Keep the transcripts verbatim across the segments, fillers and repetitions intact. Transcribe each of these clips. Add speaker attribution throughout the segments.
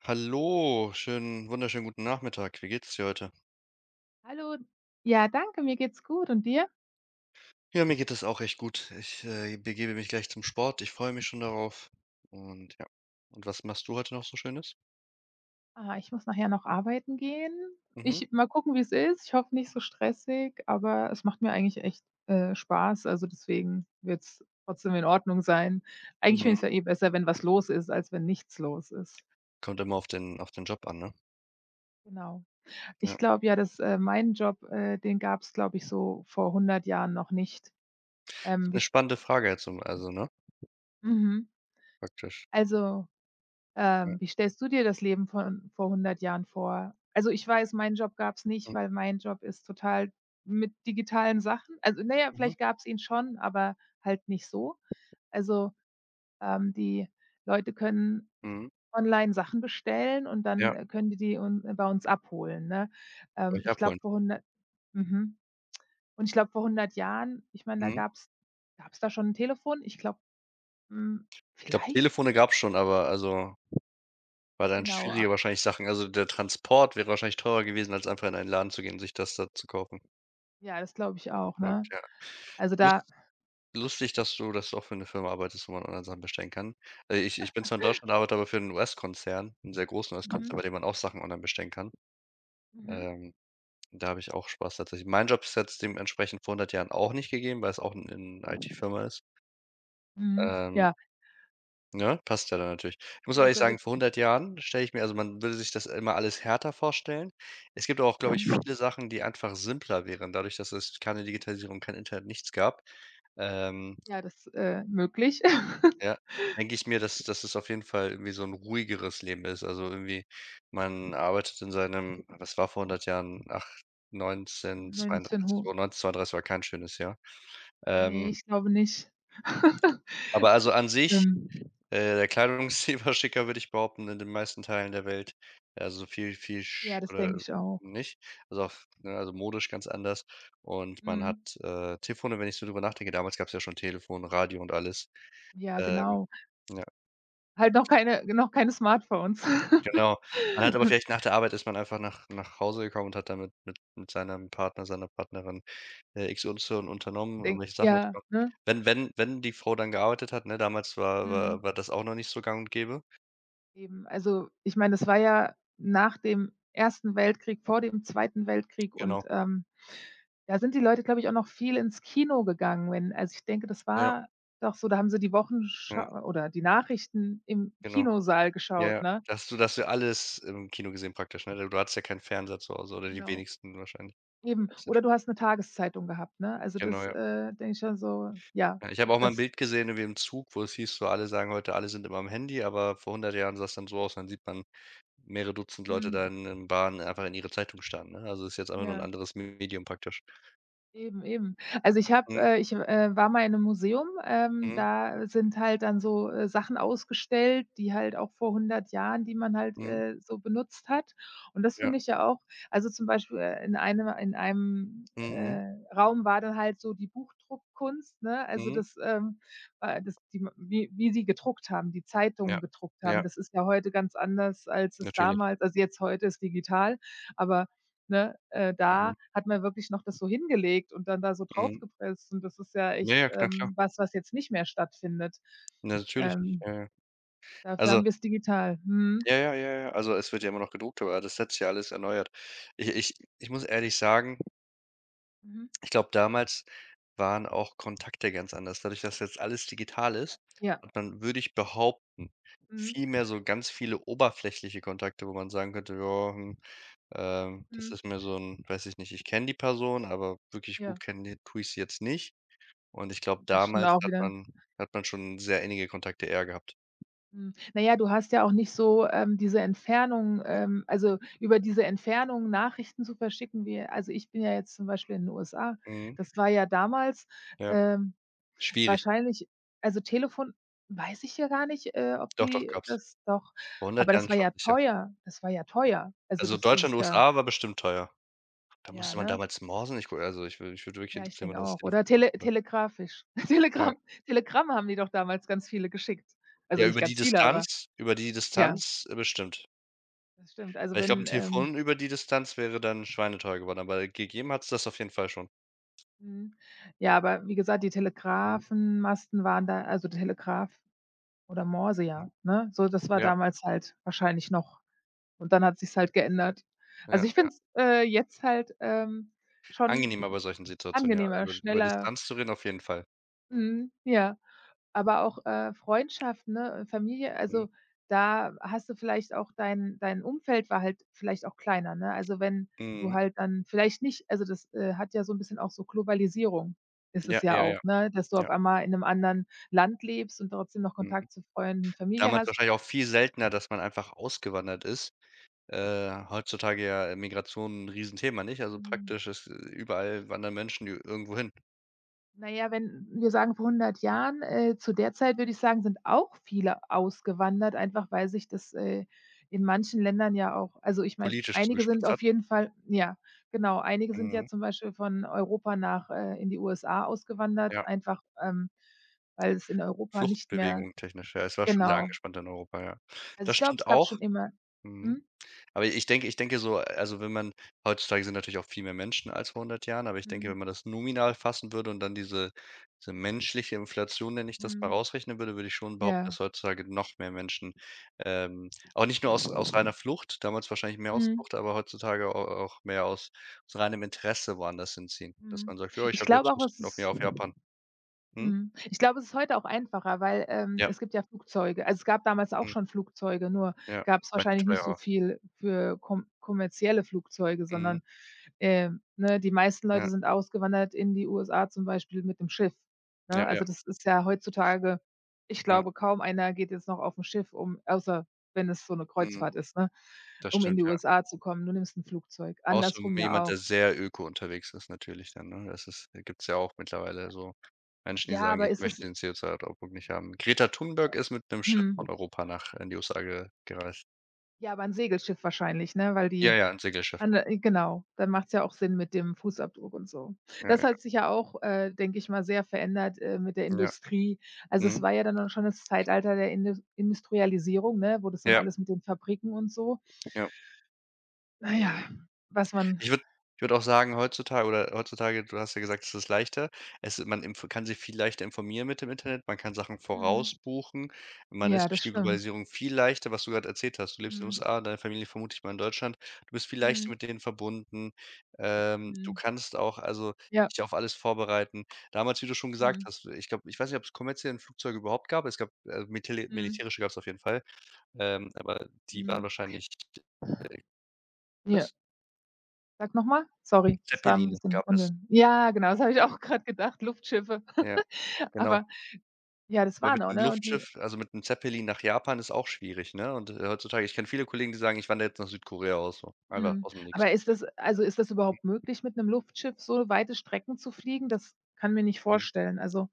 Speaker 1: Hallo, schönen, wunderschönen guten Nachmittag. Wie geht's dir heute?
Speaker 2: Hallo. Ja, danke, mir geht's gut und dir?
Speaker 1: Ja, mir geht es auch echt gut. Ich äh, begebe mich gleich zum Sport. Ich freue mich schon darauf. Und ja. Und was machst du heute noch so Schönes?
Speaker 2: Ah, ich muss nachher noch arbeiten gehen.
Speaker 1: Mhm.
Speaker 2: Ich mal gucken, wie's ist. Ich hoffe nicht so stressig, aber es macht mir eigentlich echt, äh, Spaß. Also, deswegen wird's trotzdem in Ordnung sein. Eigentlich finde
Speaker 1: Mhm.
Speaker 2: ich's ja eh besser, wenn was los ist, als wenn nichts los ist.
Speaker 1: Kommt immer auf den, auf den Job an, ne?
Speaker 2: Genau. Ich
Speaker 1: Ja.
Speaker 2: glaube ja, dass, äh, mein Job, äh, den gab's, glaube ich, so vor hundert Jahren noch nicht.
Speaker 1: Ist
Speaker 2: Ähm, wie
Speaker 1: eine
Speaker 2: st
Speaker 1: spannende Frage jetzt, um- also, ne?
Speaker 2: Mhm.
Speaker 1: Praktisch.
Speaker 2: Also,
Speaker 1: Ja.
Speaker 2: Ähm, wie stellst du dir das Leben von vor hundert Jahren vor? Also, ich weiß, meinen Job gab's nicht,
Speaker 1: Mhm.
Speaker 2: weil mein Job ist total mit digitalen Sachen, also, na ja,
Speaker 1: Mhm.
Speaker 2: vielleicht gab's ihn schon, aber halt nicht so. Also, ähm, die Leute können
Speaker 1: Mhm.
Speaker 2: online Sachen bestellen und dann,
Speaker 1: Ja,
Speaker 2: äh, können die die un äh, bei uns abholen, ne? Ähm,
Speaker 1: euch
Speaker 2: ich glaube
Speaker 1: abholen.
Speaker 2: vor hundert. Mhm. Und ich glaube vor hundert Jahren, ich meine, da
Speaker 1: Mhm.
Speaker 2: gab's gab's da schon 'n Telefon? Ich glaube, hm,
Speaker 1: Ich glaube,
Speaker 2: vielleicht?
Speaker 1: Telefone gab's schon, aber also war dann
Speaker 2: Genau,
Speaker 1: schwieriger
Speaker 2: a
Speaker 1: wahrscheinlich Sachen. Also der Transport wäre wahrscheinlich teurer gewesen, als einfach in einen Laden zu gehen und sich das da zu kaufen.
Speaker 2: ja, das glaube ich
Speaker 1: Ein
Speaker 2: auch,
Speaker 1: Produkt,
Speaker 2: ne?
Speaker 1: ja.
Speaker 2: Also, da
Speaker 1: lustig, dass du dass du auch für eine Firma arbeitest, wo man online Sachen bestellen kann. Äh, ich ich bin zwar in Deutschland, arbeite aber für 'n U S-Konzern, 'n sehr großen
Speaker 2: Mhm,
Speaker 1: U S-Konzern, bei dem man auch Sachen online bestellen kann.
Speaker 2: mhm,
Speaker 1: Ähm, da habe ich auch Spaß tatsächlich. Mein Job ist jetzt dementsprechend vor hundert Jahren auch nicht gegeben, weil es auch 'n 'n I T-Firma ist.
Speaker 2: mhm.
Speaker 1: Ähm,
Speaker 2: Ja,
Speaker 1: ne, passt ja dann natürlich. Ich muss aber
Speaker 2: ja,
Speaker 1: ehrlich
Speaker 2: sehr
Speaker 1: sagen, vor
Speaker 2: witzig.
Speaker 1: hundert Jahren stelle ich mir also, man würde sich das immer alles härter vorstellen. Es gibt aber auch, glaube ich,
Speaker 2: Mhm.
Speaker 1: viele Sachen, die einfach simpler wären, dadurch, dass es keine Digitalisierung, kein Internet, nichts gab. Ähm
Speaker 2: Ja, das, äh, möglich.
Speaker 1: Ja, denke ich mir, dass dass es auf jeden Fall irgendwie so ein ruhigeres Leben ist. Also, irgendwie man arbeitet in seinem was war vor hundert Jahren? Ach, neunzehnhundertzweiunddreißig
Speaker 2: neunzehnhundert,
Speaker 1: oh, neunzehnhundertzweiunddreißig war kein schönes Jahr.
Speaker 2: ne,
Speaker 1: Ähm,
Speaker 2: ich glaube nicht.
Speaker 1: aber also an sich,
Speaker 2: Ähm,
Speaker 1: äh, der Kleidungsstil war schicker, würde ich behaupten, in den meisten Teilen der Welt. Also so viel viel
Speaker 2: ja,
Speaker 1: sch
Speaker 2: das
Speaker 1: oder
Speaker 2: denke ich auch.
Speaker 1: nicht. Also auf ne, also modisch ganz anders. Und man hat,
Speaker 2: Mhm.
Speaker 1: äh, Telefone, wenn ich so drüber nachdenke, damals gab es ja schon Telefon, Radio und alles.
Speaker 2: Ja,
Speaker 1: Ähm
Speaker 2: genau. Halt noch keine noch keine Smartphones.
Speaker 1: Genau. Man hat aber vielleicht nach der Arbeit ist man einfach nach nach Hause gekommen und hat dann mit mit mit seinem Partner, seiner Partnerin, äh, X und Y unternommen,
Speaker 2: Denk
Speaker 1: irgendwelche Sachen
Speaker 2: ja,
Speaker 1: unternommen.
Speaker 2: ne?
Speaker 1: Wenn wenn wenn die Frau dann gearbeitet hat, ne, damals war war
Speaker 2: Mhm,
Speaker 1: war das auch noch nicht so gang und gäbe.
Speaker 2: eben. Also, ich meine, das war ja nach dem ersten Weltkrieg, vor dem Zweiten Weltkrieg
Speaker 1: Genau.
Speaker 2: und, ähm da sind die Leute, glaube ich, auch noch viel ins Kino gegangen, wenn, also, ich denke, das
Speaker 1: Ja,
Speaker 2: war doch so, da haben sie die
Speaker 1: ja,
Speaker 2: Wochenschau oder die Nachrichten im
Speaker 1: genau.
Speaker 2: Kinosaal
Speaker 1: Ja,
Speaker 2: geschaut,
Speaker 1: ja.
Speaker 2: ne?
Speaker 1: Da hast du da hast du alles im Kino gesehen praktisch, ne? Du du hattest ja keinen Fernseher zu Hause oder die
Speaker 2: Genau.
Speaker 1: wenigsten wahrscheinlich.
Speaker 2: Eben. Oder du hast 'ne Tageszeitung gehabt, ne? Also,
Speaker 1: Genau,
Speaker 2: das,
Speaker 1: ja.
Speaker 2: äh, denke ich schon so. Ja,
Speaker 1: Ja, ich habe auch mal 'n
Speaker 2: das.
Speaker 1: Bild gesehen irgendwie im Zug, wo es hieß so: „Alle sagen heute, alle sind immer am Handy", aber vor hundert Jahren sah es dann so aus, dann sieht man Mehrere Dutzend Leute
Speaker 2: Mhm,
Speaker 1: da in in Bahnen einfach in ihre Zeitung starren, ne? Also, ist jetzt einfach nur 'n
Speaker 2: ja.
Speaker 1: anderes Medium praktisch.
Speaker 2: Eben, eben. Also, ich habe
Speaker 1: Mhm,
Speaker 2: äh, ich, äh, war mal in 'nem Museum, ähm,
Speaker 1: mhm,
Speaker 2: da sind halt dann so, äh, Sachen ausgestellt, die halt auch vor hundert Jahren, die man halt,
Speaker 1: mhm,
Speaker 2: äh, so benutzt hat. Und das
Speaker 1: ja,
Speaker 2: finde ich ja auch, also, zum Beispiel, äh, in einem in einem,
Speaker 1: mhm,
Speaker 2: äh, Raum war dann halt so die Buchdruckkunst, ne? Also,
Speaker 1: mhm,
Speaker 2: das, ähm, äh, das die ma wie wie sie gedruckt haben, die Zeitungen
Speaker 1: ja,
Speaker 2: gedruckt haben.
Speaker 1: ja,
Speaker 2: Das ist ja heute ganz anders, als es
Speaker 1: natürlich.
Speaker 2: damals, also, jetzt heute ist digital, aber ne, äh,
Speaker 1: Mhm,
Speaker 2: da hat man wirklich noch das so hingelegt und dann da so
Speaker 1: mhm.
Speaker 2: draufgepresst, und das ist ja
Speaker 1: Ja,
Speaker 2: echt,
Speaker 1: ja, na klar.
Speaker 2: ähm, was, was jetzt nicht mehr stattfindet.
Speaker 1: Na, natürlich nicht.
Speaker 2: Ähm,
Speaker 1: Ja, ja.
Speaker 2: Dafür
Speaker 1: Also
Speaker 2: haben wir's digital. Mhm.
Speaker 1: ja, ja, ja, ja. Also, es wird ja immer noch gedruckt, aber das setzt ja alles erneuert. Ich ich ich muss ehrlich sagen.
Speaker 2: Mhm.
Speaker 1: Ich glaube, damals waren auch Kontakte ganz anders. Dadurch, dass jetzt alles digital ist,
Speaker 2: Ja.
Speaker 1: hat man, würde ich behaupten,
Speaker 2: Mhm.
Speaker 1: viel mehr so ganz viele oberflächliche Kontakte, wo man sagen könnte: „Ja, hm, ähm, das
Speaker 2: Mhm.
Speaker 1: ist mir so ein, weiß ich nicht, ich kenne die Person, aber wirklich gut
Speaker 2: Ja,
Speaker 1: kennen die tue ich sie jetzt nicht." Und ich glaube,
Speaker 2: das stimmt
Speaker 1: damals
Speaker 2: auch
Speaker 1: hat
Speaker 2: wieder.
Speaker 1: man hat man schon sehr innige Kontakte eher gehabt.
Speaker 2: Mhm. Na ja, du hast ja auch nicht so, ähm, diese Entfernung, ähm also, über diese Entfernung Nachrichten zu verschicken, wie, also, ich bin ja jetzt zum Beispiel in den U S A.
Speaker 1: Mhm,
Speaker 2: Das war ja damals,
Speaker 1: ja.
Speaker 2: ähm
Speaker 1: Schwierig.
Speaker 2: wahrscheinlich. Also, Telefon, weiß ich ja gar nicht, äh, ob
Speaker 1: Doch, doch,
Speaker 2: die
Speaker 1: gab's.
Speaker 2: das doch,
Speaker 1: Vor
Speaker 2: aber
Speaker 1: hundert
Speaker 2: das
Speaker 1: Jahren
Speaker 2: war
Speaker 1: schon
Speaker 2: ja
Speaker 1: sicher.
Speaker 2: teuer. Das war ja teuer. Also,
Speaker 1: Also,
Speaker 2: das
Speaker 1: Deutschland,
Speaker 2: ist ja,
Speaker 1: U S A war bestimmt teuer. Da
Speaker 2: ja,
Speaker 1: musste man
Speaker 2: ne?
Speaker 1: damals morsen. Ich gu also, ich würde mich würde wirklich
Speaker 2: Ja, ich
Speaker 1: interessieren, wann
Speaker 2: denke
Speaker 1: das
Speaker 2: auch.
Speaker 1: Telefon
Speaker 2: Oder
Speaker 1: erfunden
Speaker 2: tele
Speaker 1: wurde.
Speaker 2: telegrafisch.
Speaker 1: Ja.
Speaker 2: Telegramm Telegramm haben die doch damals ganz viele geschickt. Also,
Speaker 1: Ja, über
Speaker 2: nicht
Speaker 1: die
Speaker 2: ganz viele, aber
Speaker 1: Distanz über die
Speaker 2: ja,
Speaker 1: Distanz, äh, bestimmt.
Speaker 2: das stimmt. Also,
Speaker 1: Weil ich glaube, ein
Speaker 2: wenn, ähm
Speaker 1: Telefon über die Distanz wäre dann schweineteuer geworden, aber gegeben hat's das auf jeden Fall schon.
Speaker 2: mhm. Ja, aber wie gesagt, die
Speaker 1: Mhm,
Speaker 2: Telegrafenmasten waren da, also Telegraph oder Morse,
Speaker 1: mhm.
Speaker 2: ja, ne? So, das war
Speaker 1: Ja,
Speaker 2: damals halt wahrscheinlich noch. Und dann hat sich's halt geändert.
Speaker 1: ja.
Speaker 2: Also, ich finde es, äh, jetzt halt, ähm, schon
Speaker 1: Angenehmer bei solchen Situationen, ja.
Speaker 2: angenehmer,
Speaker 1: Über über
Speaker 2: schneller.
Speaker 1: Distanz zu reden auf jeden Fall.
Speaker 2: Mhm, ja. Aber auch, äh, Freundschaften, ne, Familie,
Speaker 1: Mhm,
Speaker 2: also, da hast du vielleicht auch dein dein Umfeld, war halt vielleicht auch kleiner, ne? Also, wenn du
Speaker 1: mhm.
Speaker 2: halt dann vielleicht nicht, also, das, äh, hat ja so 'n bisschen auch, so Globalisierung ist es
Speaker 1: Ja,
Speaker 2: ja
Speaker 1: ja, ja,
Speaker 2: auch, ne, dass du
Speaker 1: ja.
Speaker 2: auf einmal in 'nem anderen Land lebst und trotzdem noch
Speaker 1: Mhm.
Speaker 2: Kontakt zu Freunden, Familie
Speaker 1: Damals wahrscheinlich
Speaker 2: hast.
Speaker 1: auch viel seltener, dass man einfach ausgewandert ist. Äh, heutzutage ja Migration ein Riesenthema, nicht? Also,
Speaker 2: Mhm.
Speaker 1: praktisch ist äh, überall wandern Menschen i irgendwo hin.
Speaker 2: Na ja, wenn wir sagen vor hundert Jahren, äh, zu der Zeit würde ich sagen, sind auch viele ausgewandert, einfach weil sich das, äh, in manchen Ländern ja auch, also, ich meine,
Speaker 1: Politisch
Speaker 2: einige sind
Speaker 1: zugespitzt
Speaker 2: auf
Speaker 1: hat.
Speaker 2: jeden Fall, ja, genau, einige sind
Speaker 1: Mhm.
Speaker 2: ja zum Beispiel von Europa nach, äh in die U S A ausgewandert,
Speaker 1: Ja,
Speaker 2: einfach, ähm, weil es in Europa nicht mehr.
Speaker 1: Fluchtbewegung technisch, ja. Es war schon sehr
Speaker 2: Genau.
Speaker 1: angespannt in Europa, ja.
Speaker 2: Also,
Speaker 1: Das
Speaker 2: ich glaube,
Speaker 1: stimmt
Speaker 2: es gab
Speaker 1: auch.
Speaker 2: schon immer.
Speaker 1: Mhm.
Speaker 2: Mhm,
Speaker 1: Aber ich denke ich denke so, also wenn man heutzutage sind natürlich auch viel mehr Menschen als vor hundert Jahren, aber ich denke,
Speaker 2: mhm,
Speaker 1: wenn man das nominal fassen würde und dann diese diese menschliche Inflation, nenne ich das mal,
Speaker 2: mhm,
Speaker 1: rausrechnen würde, würde ich schon behaupten,
Speaker 2: ja,
Speaker 1: dass heutzutage noch mehr Menschen, ähm, auch nicht nur aus aus reiner Flucht, damals wahrscheinlich mehr aus
Speaker 2: mhm,
Speaker 1: Flucht, aber heutzutage au auch mehr aus aus reinem Interesse woanders hinziehen. Dass man
Speaker 2: mhm.
Speaker 1: sagt: „Ja, ich
Speaker 2: Ich
Speaker 1: habe jetzt
Speaker 2: glaube auch,
Speaker 1: Lust
Speaker 2: es
Speaker 1: noch mehr
Speaker 2: ist.
Speaker 1: auf Japan." Mhm.
Speaker 2: Mhm. Ich glaube, es ist heute auch einfacher, weil, ähm,
Speaker 1: Ja.
Speaker 2: es gibt ja Flugzeuge. Also, es gab damals auch
Speaker 1: Mhm,
Speaker 2: schon Flugzeuge, nur
Speaker 1: ja,
Speaker 2: gab es
Speaker 1: waren die
Speaker 2: wahrscheinlich nicht so
Speaker 1: teurer.
Speaker 2: viel für komm kommerzielle Flugzeuge,
Speaker 1: Mhm,
Speaker 2: sondern, ähm, ne, die meisten Leute
Speaker 1: ja,
Speaker 2: sind ausgewandert in die U S A, zum Beispiel mit dem Schiff,
Speaker 1: ja,
Speaker 2: ne?
Speaker 1: ja,
Speaker 2: Also, das ist ja heutzutage, ich
Speaker 1: ja,
Speaker 2: glaube, kaum einer geht jetzt noch auf aufm Schiff, um, außer wenn es so eine
Speaker 1: mhm,
Speaker 2: Kreuzfahrt ist, ne,
Speaker 1: das
Speaker 2: um in
Speaker 1: stimmt,
Speaker 2: die
Speaker 1: ja.
Speaker 2: U S A zu kommen. Du nimmst ein Flugzeug.
Speaker 1: Außer
Speaker 2: Andersrum
Speaker 1: jemand,
Speaker 2: ja
Speaker 1: der
Speaker 2: auch.
Speaker 1: sehr öko unterwegs ist natürlich dann, ne? Das ist da gibt's ja auch mittlerweile so Menschen, die
Speaker 2: Ja,
Speaker 1: sagen:
Speaker 2: aber
Speaker 1: „Ich
Speaker 2: ist
Speaker 1: möchte
Speaker 2: es.
Speaker 1: den C O zwei-Abdruck nicht haben." Greta Thunberg ist mit 'nem Schiff von
Speaker 2: Mhm.
Speaker 1: Europa nach in die U S A ge gereist.
Speaker 2: Ja, aber ein Segelschiff wahrscheinlich, ne, weil
Speaker 1: Ja,
Speaker 2: die.
Speaker 1: ja, 'n Segelschiff.
Speaker 2: An der, äh, genau, dann macht's ja auch Sinn mit dem Fußabdruck und so.
Speaker 1: Ja,
Speaker 2: Das hat
Speaker 1: ja,
Speaker 2: sich ja auch, äh, denke ich mal, sehr verändert, äh, mit der
Speaker 1: ja.
Speaker 2: Industrie. Also, es
Speaker 1: Mhm.
Speaker 2: war ja dann auch schon das Zeitalter der Indus Industrialisierung, ne, wo das dann
Speaker 1: Ja,
Speaker 2: alles mit den Fabriken und so,
Speaker 1: ja.
Speaker 2: na ja,
Speaker 1: Mhm.
Speaker 2: was man.
Speaker 1: Ich würde ich würde auch sagen, heutzutage oder heutzutage du hast ja gesagt, es ist leichter. Es man inf kann sich viel leichter informieren mit dem Internet. Man kann Sachen
Speaker 2: Mhm.
Speaker 1: vorausbuchen. Man
Speaker 2: Ja,
Speaker 1: ist durch
Speaker 2: das
Speaker 1: die
Speaker 2: stimmt.
Speaker 1: Globalisierung viel leichter, was du gerade erzählt hast. Du lebst in den
Speaker 2: Mhm.
Speaker 1: U S A, deine Familie vermute ich mal in Deutschland. Du bist viel leichter
Speaker 2: Mhm.
Speaker 1: mit denen verbunden. Ähm, du
Speaker 2: Mhm.
Speaker 1: kannst auch also
Speaker 2: Ja.
Speaker 1: dich auf alles vorbereiten. Damals, wie du schon gesagt
Speaker 2: Mhm.
Speaker 1: hast, ich glaube ich weiß nicht, ob es kommerzielle Flugzeuge überhaupt gab. Es gab, äh, mitili
Speaker 2: Mhm.
Speaker 1: militärische gab's auf jeden Fall, ähm, aber die waren
Speaker 2: Mhm.
Speaker 1: wahrscheinlich, äh, was?
Speaker 2: Ja. Sag noch mal? Sorry, das war 'n
Speaker 1: Zeppeline
Speaker 2: bisschen
Speaker 1: gab es,
Speaker 2: unge ja, genau, das habe ich auch
Speaker 1: genau.
Speaker 2: grad gedacht, Luftschiffe.
Speaker 1: Ja, genau.
Speaker 2: Aber ja, das
Speaker 1: Aber
Speaker 2: war
Speaker 1: mit
Speaker 2: noch,
Speaker 1: 'nem
Speaker 2: ne? Und die.
Speaker 1: Luftschiff also, mit 'nem Zeppelin nach Japan ist auch schwierig, ne? Und, äh, heutzutage ich kenne viele Kollegen, die sagen: „Ich wandere jetzt nach Südkorea aus", so, einfach
Speaker 2: Mhm.
Speaker 1: aus'm Nix.
Speaker 2: Aber ist das, also, ist das überhaupt möglich, mit einem Luftschiff so weite Strecken zu fliegen? Das kann mir nicht
Speaker 1: Mhm.
Speaker 2: vorstellen. Also,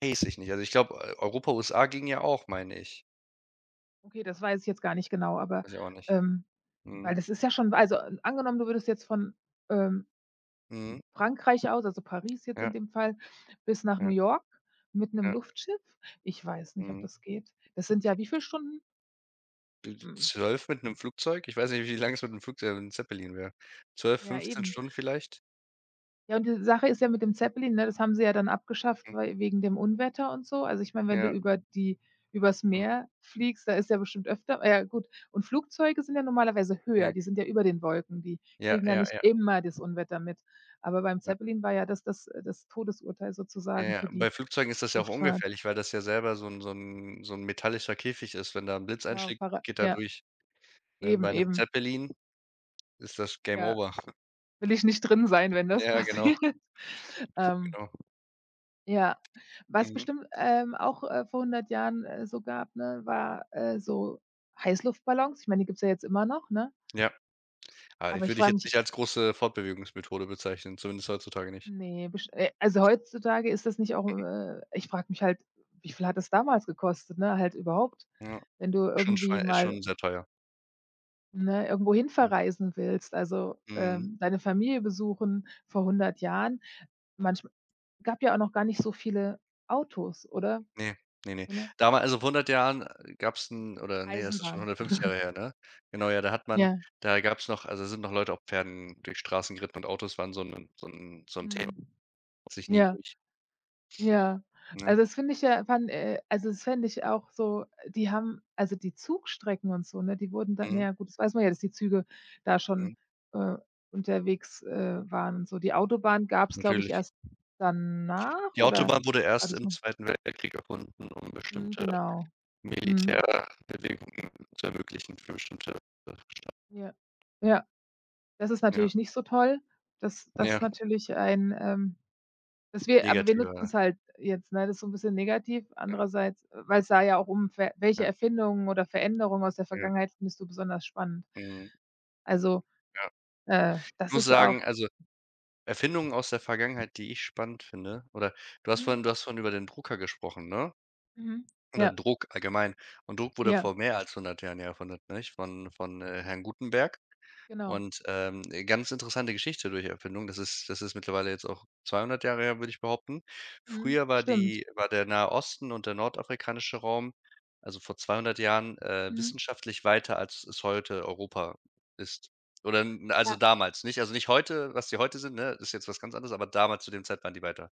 Speaker 1: Weiß ich nicht. Also, ich glaube, Eu Europa, U S A ging ja auch, meine ich.
Speaker 2: okay, das weiß ich jetzt gar nicht genau, aber,
Speaker 1: Weiß ich auch nicht.
Speaker 2: ähm weil
Speaker 1: Mhm.
Speaker 2: das ist ja schon, also, äh, angenommen, du würdest jetzt von, ähm,
Speaker 1: Mhm.
Speaker 2: Frankreich aus, also, Paris jetzt in
Speaker 1: Ja,
Speaker 2: dem Fall, bis nach New
Speaker 1: ja,
Speaker 2: York mit einem
Speaker 1: ja.
Speaker 2: Luftschiff? Ich weiß nicht, ob
Speaker 1: Mhm.
Speaker 2: das geht. Das sind ja wie viele Stunden?
Speaker 1: D d
Speaker 2: Hm,
Speaker 1: zwölf mit 'nem Flugzeug? Ich weiß nicht, wie lang es mit 'nem Flugzeug äh, mit 'nem Zeppelin wäre. Zwölf,
Speaker 2: ja,
Speaker 1: fünfzehn
Speaker 2: eben.
Speaker 1: Stunden vielleicht?
Speaker 2: Ja, und die Sache ist ja mit dem
Speaker 1: Mhm,
Speaker 2: Zeppelin, ne, das haben sie ja dann abgeschafft,
Speaker 1: mhm.
Speaker 2: weil, wegen dem Unwetter und so. Also, ich meine, wenn du
Speaker 1: Ja,
Speaker 2: über die übers
Speaker 1: mhm.
Speaker 2: Meer fliegst, da ist ja bestimmt öfter, ah, ja, gut, und Flugzeuge sind ja normalerweise höher, die sind ja über den Wolken, die
Speaker 1: Ja,
Speaker 2: kriegen
Speaker 1: ja,
Speaker 2: ja
Speaker 1: ja,
Speaker 2: nicht
Speaker 1: ja,
Speaker 2: immer das Unwetter mit. Aber beim
Speaker 1: ja.
Speaker 2: Zeppelin war ja das das äh, das Todesurteil
Speaker 1: Ja,
Speaker 2: sozusagen
Speaker 1: ja.
Speaker 2: für die
Speaker 1: Bei Flugzeugen ist das ja auch
Speaker 2: Luftfahrt.
Speaker 1: ungefährlich, weil das ja selber so 'n so 'n so 'n metallischer Käfig ist. Wenn da 'n Blitz
Speaker 2: Genau,
Speaker 1: einschlägt,
Speaker 2: para
Speaker 1: geht er
Speaker 2: ja,
Speaker 1: durch, ne?
Speaker 2: eben,
Speaker 1: Bei 'nem
Speaker 2: eben.
Speaker 1: Zeppelin ist das Game
Speaker 2: Ja,
Speaker 1: over.
Speaker 2: will ich nicht drin sein, wenn das
Speaker 1: Ja, genau,
Speaker 2: passiert. Ähm.
Speaker 1: genau.
Speaker 2: Ja, was
Speaker 1: Mhm.
Speaker 2: bestimmt, ähm, auch, äh, vor hundert Jahren, äh, so gab, ne, war, äh, so Heißluftballons. Ich meine, die gibt's ja jetzt immer noch, ne?
Speaker 1: Ja. aber ich
Speaker 2: Aber ich
Speaker 1: würde ich
Speaker 2: frage
Speaker 1: jetzt
Speaker 2: mich,
Speaker 1: nicht als große Fortbewegungsmethode bezeichnen, zumindest heutzutage nicht.
Speaker 2: ne, besch äh, also heutzutage ist das nicht auch, äh ich frage mich halt, wie viel hat das damals gekostet, ne, halt überhaupt,
Speaker 1: Ja.
Speaker 2: wenn du
Speaker 1: Schon
Speaker 2: irgendwie
Speaker 1: schwei ist
Speaker 2: mal,
Speaker 1: schon sehr teuer.
Speaker 2: ne, irgendwohin
Speaker 1: Mhm.
Speaker 2: verreisen willst, also,
Speaker 1: Mhm.
Speaker 2: ähm, deine Familie besuchen vor hundert Jahren. Manchmal gab ja auch noch gar nicht so viele Autos, oder?
Speaker 1: Ne, ne, ne.
Speaker 2: Ne?
Speaker 1: Damal also, vor hundert Jahren, äh, gab's 'n oder ne, das ist schon
Speaker 2: Eisenbahn.
Speaker 1: hundertfünfzig Jahre her, ne? Genau, ja, da hat man
Speaker 2: Ja.
Speaker 1: da gab's noch also, sind noch Leute auf Pferden durch Straßen geritten und Autos waren so 'n so 'n so 'n Thema.
Speaker 2: Mhm.
Speaker 1: Sich nie
Speaker 2: Ja.
Speaker 1: durch,
Speaker 2: Ja,
Speaker 1: ne?
Speaker 2: also, das finde ich ja, fand, äh, also, das fände ich auch so, die haben, also, die Zugstrecken und so, ne, die wurden dann, na
Speaker 1: Mhm,
Speaker 2: ja, gut, das weiß man ja, dass die Züge da
Speaker 1: mhm,
Speaker 2: schon, äh, unterwegs, äh, waren und so. Die Autobahn gab es, glaube ich,
Speaker 1: natürlich.
Speaker 2: erst danach,
Speaker 1: Die
Speaker 2: oder
Speaker 1: Autobahn wurde
Speaker 2: war
Speaker 1: erst
Speaker 2: das
Speaker 1: im
Speaker 2: noch.
Speaker 1: Zweiten Weltkrieg erfunden, um
Speaker 2: Mhm,
Speaker 1: bestimmte
Speaker 2: genau. Mhm.
Speaker 1: Militärbewegungen zu ermöglichen für bestimmte
Speaker 2: Ja. Ja, das ist
Speaker 1: ja,
Speaker 2: natürlich nicht so toll. Das, das
Speaker 1: ja,
Speaker 2: ist natürlich ein, ähm Dass wir, aber wir nutzen
Speaker 1: negative
Speaker 2: es halt jetzt, ne? Das ist so 'n bisschen negativ.
Speaker 1: ja,
Speaker 2: Andererseits, weil es da ja auch um ver welche
Speaker 1: ja,
Speaker 2: Erfindungen oder Veränderungen aus der
Speaker 1: ja,
Speaker 2: Vergangenheit findest du besonders spannend?
Speaker 1: mhm,
Speaker 2: Also,
Speaker 1: ja.
Speaker 2: äh,
Speaker 1: Ich
Speaker 2: das
Speaker 1: muss
Speaker 2: ist
Speaker 1: sagen,
Speaker 2: auch,
Speaker 1: also, Erfindungen aus der Vergangenheit, die ich spannend finde oder du hast
Speaker 2: mhm,
Speaker 1: vorhin du hast vorhin über den Drucker gesprochen, ne?
Speaker 2: mhm.
Speaker 1: Oder
Speaker 2: Ja,
Speaker 1: Druck allgemein. Und Druck wurde
Speaker 2: ja,
Speaker 1: vor mehr als hundert Jahren ja erfunden, nicht? Von von, äh, Herrn Gutenberg.
Speaker 2: genau.
Speaker 1: Und, ähm, eine ganz interessante Geschichte durch Erfindung. Das ist das ist mittlerweile jetzt auch zweihundert Jahre her, würde ich behaupten.
Speaker 2: Mhm,
Speaker 1: Früher war
Speaker 2: stimmt.
Speaker 1: die war der Nahe Osten und der nordafrikanische Raum, also vor zweihundert Jahren, äh,
Speaker 2: Mhm.
Speaker 1: wissenschaftlich weiter, als es heute Europa ist. Oder n also
Speaker 2: Ja.
Speaker 1: damals, nicht also nicht heute, was die heute sind, ne, ist jetzt was ganz anderes, aber damals zu dem Zeit waren die weiter.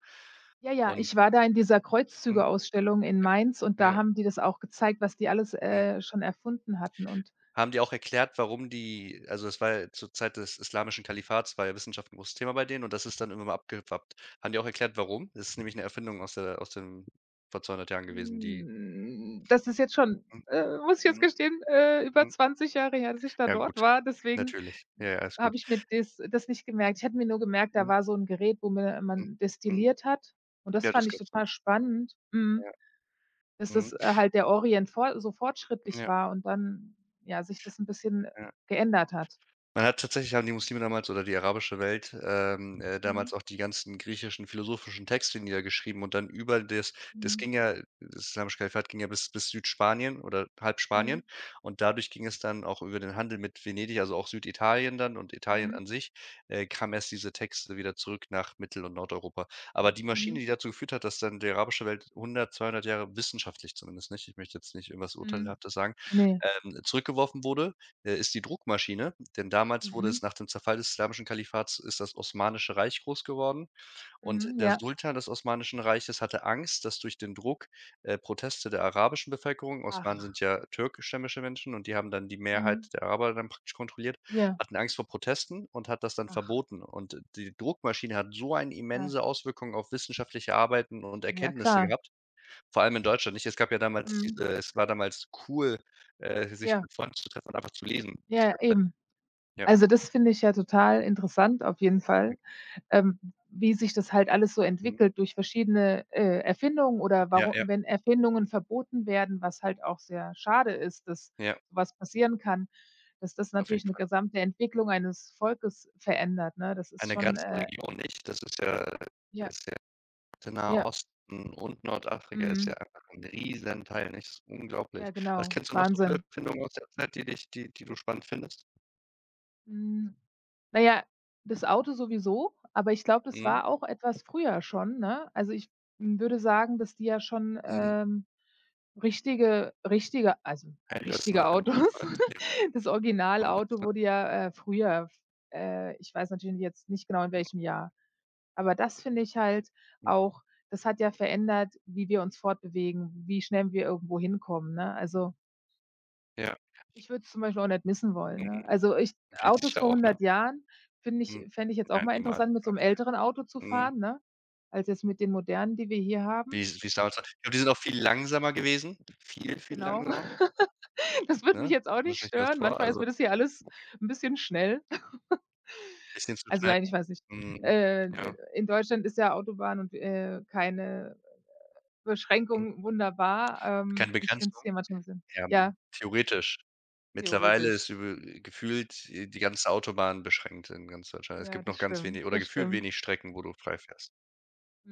Speaker 2: Ja, ja,
Speaker 1: Und
Speaker 2: ich war da in dieser
Speaker 1: mhm,
Speaker 2: Kreuzzüge-Ausstellung in
Speaker 1: ja,
Speaker 2: Mainz, und
Speaker 1: ja,
Speaker 2: da
Speaker 1: ja,
Speaker 2: haben die das auch gezeigt, was die alles,
Speaker 1: mhm.
Speaker 2: äh, schon erfunden hatten, und,
Speaker 1: Haben die auch erklärt, warum die also, es war ja zur Zeit des Islamischen Kalifats war ja Wissenschaft ein großes Thema bei denen und das ist dann immer mal abgeschwappt. Haben die auch erklärt, warum? Das ist nämlich 'ne Erfindung aus der aus dem vor zweihundert Jahren gewesen, die
Speaker 2: hm, das ist jetzt schon,
Speaker 1: mhm,
Speaker 2: äh, muss ich jetzt
Speaker 1: mhm,
Speaker 2: gestehen, äh, über
Speaker 1: mhm.
Speaker 2: zwanzig Jahre her, dass ich da
Speaker 1: Ja
Speaker 2: dort
Speaker 1: gut,
Speaker 2: war. Deswegen
Speaker 1: natürlich. Ja, ja, alles gut.
Speaker 2: Habe ich mir das das nicht gemerkt. Ich hatte mir nur gemerkt, da
Speaker 1: Mhm,
Speaker 2: war so 'n Gerät, wo mir
Speaker 1: mhm,
Speaker 2: man
Speaker 1: mhm.
Speaker 2: destilliert hat, und das
Speaker 1: Ja, das
Speaker 2: fand ich
Speaker 1: gab's
Speaker 2: total
Speaker 1: damals.
Speaker 2: spannend, mhm,
Speaker 1: Ja,
Speaker 2: dass
Speaker 1: mhm,
Speaker 2: das, äh, halt der Orient vor so fortschrittlich
Speaker 1: ja,
Speaker 2: war und dann, ja, sich das 'n bisschen
Speaker 1: ja.
Speaker 2: geändert hat.
Speaker 1: Man hat tatsächlich haben die Muslime damals oder die arabische Welt, ähm, äh,
Speaker 2: Mhm,
Speaker 1: damals auch die ganzen griechischen philosophischen Texte niedergeschrieben und dann über das das
Speaker 2: mhm,
Speaker 1: ging ja das Islamische Kalifat ging ja bis bis Südspanien oder halb Spanien
Speaker 2: mhm,
Speaker 1: und dadurch ging es dann auch über den Handel mit Venedig, also auch Süditalien dann und Italien
Speaker 2: mhm,
Speaker 1: an sich, äh, kamen erst diese Texte wieder zurück nach Mittel und Nordeuropa. Aber die Maschine,
Speaker 2: mhm,
Speaker 1: die dazu geführt hat, dass dann die arabische Welt hundert, zweihundert Jahre wissenschaftlich zumindest nicht, ich möchte jetzt nicht irgendwas
Speaker 2: mhm.
Speaker 1: Urteilhaftes sagen,
Speaker 2: Ne,
Speaker 1: ähm, zurückgeworfen wurde äh, ist die Druckmaschine, denn damals wurde
Speaker 2: mhm,
Speaker 1: es nach dem Zerfall des Islamischen Kalifats ist das Osmanische Reich groß geworden und
Speaker 2: mhm,
Speaker 1: der
Speaker 2: ja.
Speaker 1: Sultan des Osmanischen Reiches hatte Angst, dass durch den Druck, äh, Proteste der arabischen Bevölkerung Osmanen
Speaker 2: Ach,
Speaker 1: sind ja türkischstämmige Menschen und die haben dann die Mehrheit
Speaker 2: mhm,
Speaker 1: der Araber dann praktisch kontrolliert,
Speaker 2: ja,
Speaker 1: hatten Angst vor Protesten und hat das dann
Speaker 2: ach,
Speaker 1: verboten. Und die Druckmaschine hat so eine
Speaker 2: ja,
Speaker 1: immense Auswirkung auf wissenschaftliche Arbeiten und
Speaker 2: ja,
Speaker 1: Erkenntnisse
Speaker 2: klar.
Speaker 1: gehabt. Vor allem in Deutschland nicht. Es gab ja damals
Speaker 2: Mhm,
Speaker 1: diese es war damals cool, äh, sich
Speaker 2: ja,
Speaker 1: mit Freunden zu treffen und einfach zu lesen.
Speaker 2: ja, eben.
Speaker 1: Ja.
Speaker 2: Also, das finde ich ja total
Speaker 1: Mhm,
Speaker 2: interessant, auf jeden
Speaker 1: mhm,
Speaker 2: Fall. ähm, wie sich das halt alles so
Speaker 1: mhm.
Speaker 2: entwickelt durch verschiedene, äh, Erfindungen, oder
Speaker 1: Ja,
Speaker 2: warum,
Speaker 1: ja,
Speaker 2: wenn Erfindungen verboten werden, was halt auch sehr schade ist, dass
Speaker 1: ja,
Speaker 2: so was passieren kann, dass das
Speaker 1: auf jeden
Speaker 2: natürlich eine
Speaker 1: Fall.
Speaker 2: gesamte Entwicklung eines Volkes verändert, ne? Das ist
Speaker 1: Einer
Speaker 2: schon,
Speaker 1: ganzen
Speaker 2: äh
Speaker 1: Region nicht. Das ist ja
Speaker 2: ja,
Speaker 1: das ist ja der Nahe
Speaker 2: ja,
Speaker 1: Osten und Nordafrika ist
Speaker 2: mhm,
Speaker 1: ja einfach 'n Riesenteil, nicht? Das ist
Speaker 2: ja,
Speaker 1: unglaublich. Was
Speaker 2: genau,
Speaker 1: kennst du noch so für
Speaker 2: Wahnsinn.
Speaker 1: Erfindungen aus der Zeit, die dich die die du spannend findest?
Speaker 2: Hm, na ja, das Auto sowieso, aber ich glaube, das
Speaker 1: Mhm,
Speaker 2: war auch etwas früher schon, ne? Also, ich, hm, würde sagen, dass die ja schon,
Speaker 1: mhm.
Speaker 2: ähm Richtige richtige also,
Speaker 1: Ende des neu
Speaker 2: richtige
Speaker 1: Ende des
Speaker 2: Autos.
Speaker 1: neunzehnten.
Speaker 2: Das
Speaker 1: Jahrhunderts,
Speaker 2: Originalauto
Speaker 1: ne?
Speaker 2: wurde ja, äh, früher, f äh, ich weiß natürlich jetzt nicht genau, in welchem Jahr. Aber das finde ich halt
Speaker 1: Mhm.
Speaker 2: auch, das hat ja verändert, wie wir uns fortbewegen, wie schnell wir irgendwo hinkommen, ne? Also,
Speaker 1: Ja,
Speaker 2: ich würde es zum Beispiel auch nicht missen wollen, ne?
Speaker 1: mhm.
Speaker 2: Also, ich.
Speaker 1: Wie
Speaker 2: Autos
Speaker 1: sicher
Speaker 2: vor
Speaker 1: auch, ne?
Speaker 2: hundert Jahren finde ich
Speaker 1: Mhm.
Speaker 2: fände ich jetzt auch
Speaker 1: Ja,
Speaker 2: mal
Speaker 1: niemals.
Speaker 2: interessant, mit so 'nem älteren Auto zu
Speaker 1: Mhm.
Speaker 2: fahren, ne, als jetzt mit den modernen, die wir hier
Speaker 1: Wie
Speaker 2: haben,
Speaker 1: es wie wie's damals war. Ich glaube, die sind auch viel langsamer gewesen, viel, viel
Speaker 2: genau.
Speaker 1: langsamer,
Speaker 2: Das würde mich
Speaker 1: ne?
Speaker 2: jetzt auch
Speaker 1: So
Speaker 2: nicht
Speaker 1: stelle ich mir das
Speaker 2: stören.
Speaker 1: vor,
Speaker 2: Manchmal ist
Speaker 1: also
Speaker 2: mir das hier alles 'n bisschen schnell.
Speaker 1: bisschen zu
Speaker 2: Also,
Speaker 1: schnell.
Speaker 2: nein, ich weiß nicht.
Speaker 1: Mhm.
Speaker 2: Äh,
Speaker 1: Ja,
Speaker 2: in Deutschland ist ja Autobahn und, äh, keine
Speaker 1: mhm.
Speaker 2: Beschränkung, wunderbar.
Speaker 1: Keine
Speaker 2: Ähm, ich finde es
Speaker 1: Begrenzung.
Speaker 2: hier manchmal 'n bisschen,
Speaker 1: Ja, hm,
Speaker 2: ja,
Speaker 1: theoretisch. Mittlerweile
Speaker 2: theoretisch.
Speaker 1: ist übe gefühlt, äh, die ganze Autobahn beschränkt in ganz Deutschland. Es
Speaker 2: Ja,
Speaker 1: gibt
Speaker 2: das
Speaker 1: noch ganz
Speaker 2: stimmt,
Speaker 1: wenig oder
Speaker 2: das
Speaker 1: gefühlt
Speaker 2: stimmt.
Speaker 1: wenig Strecken, wo du frei fährst.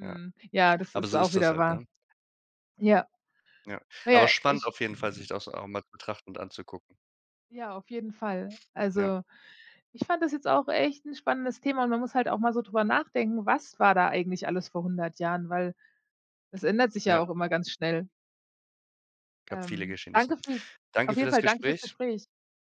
Speaker 1: Ja,
Speaker 2: Ja, das
Speaker 1: aber
Speaker 2: ist
Speaker 1: so
Speaker 2: auch
Speaker 1: ist das
Speaker 2: wieder
Speaker 1: halt,
Speaker 2: wahr.
Speaker 1: ne?
Speaker 2: Ja.
Speaker 1: Ja.
Speaker 2: Na
Speaker 1: Aber
Speaker 2: ja,
Speaker 1: spannend
Speaker 2: ich,
Speaker 1: auf jeden Fall, sich das auch mal zu betrachten und anzugucken.
Speaker 2: ja, auf jeden Fall.
Speaker 1: Ja,
Speaker 2: Also, ich fand das jetzt auch echt 'n spannendes Thema, und man muss halt auch mal so drüber nachdenken, was war da eigentlich alles vor hundert Jahren, weil das ändert sich ja
Speaker 1: ja,
Speaker 2: auch immer ganz schnell.
Speaker 1: gab viele
Speaker 2: Ähm,
Speaker 1: Geschehnisse.
Speaker 2: danke fürs
Speaker 1: Danke
Speaker 2: Auf
Speaker 1: für
Speaker 2: jeden
Speaker 1: das
Speaker 2: Fall danke fürs
Speaker 1: Gespräch.
Speaker 2: Gespräch.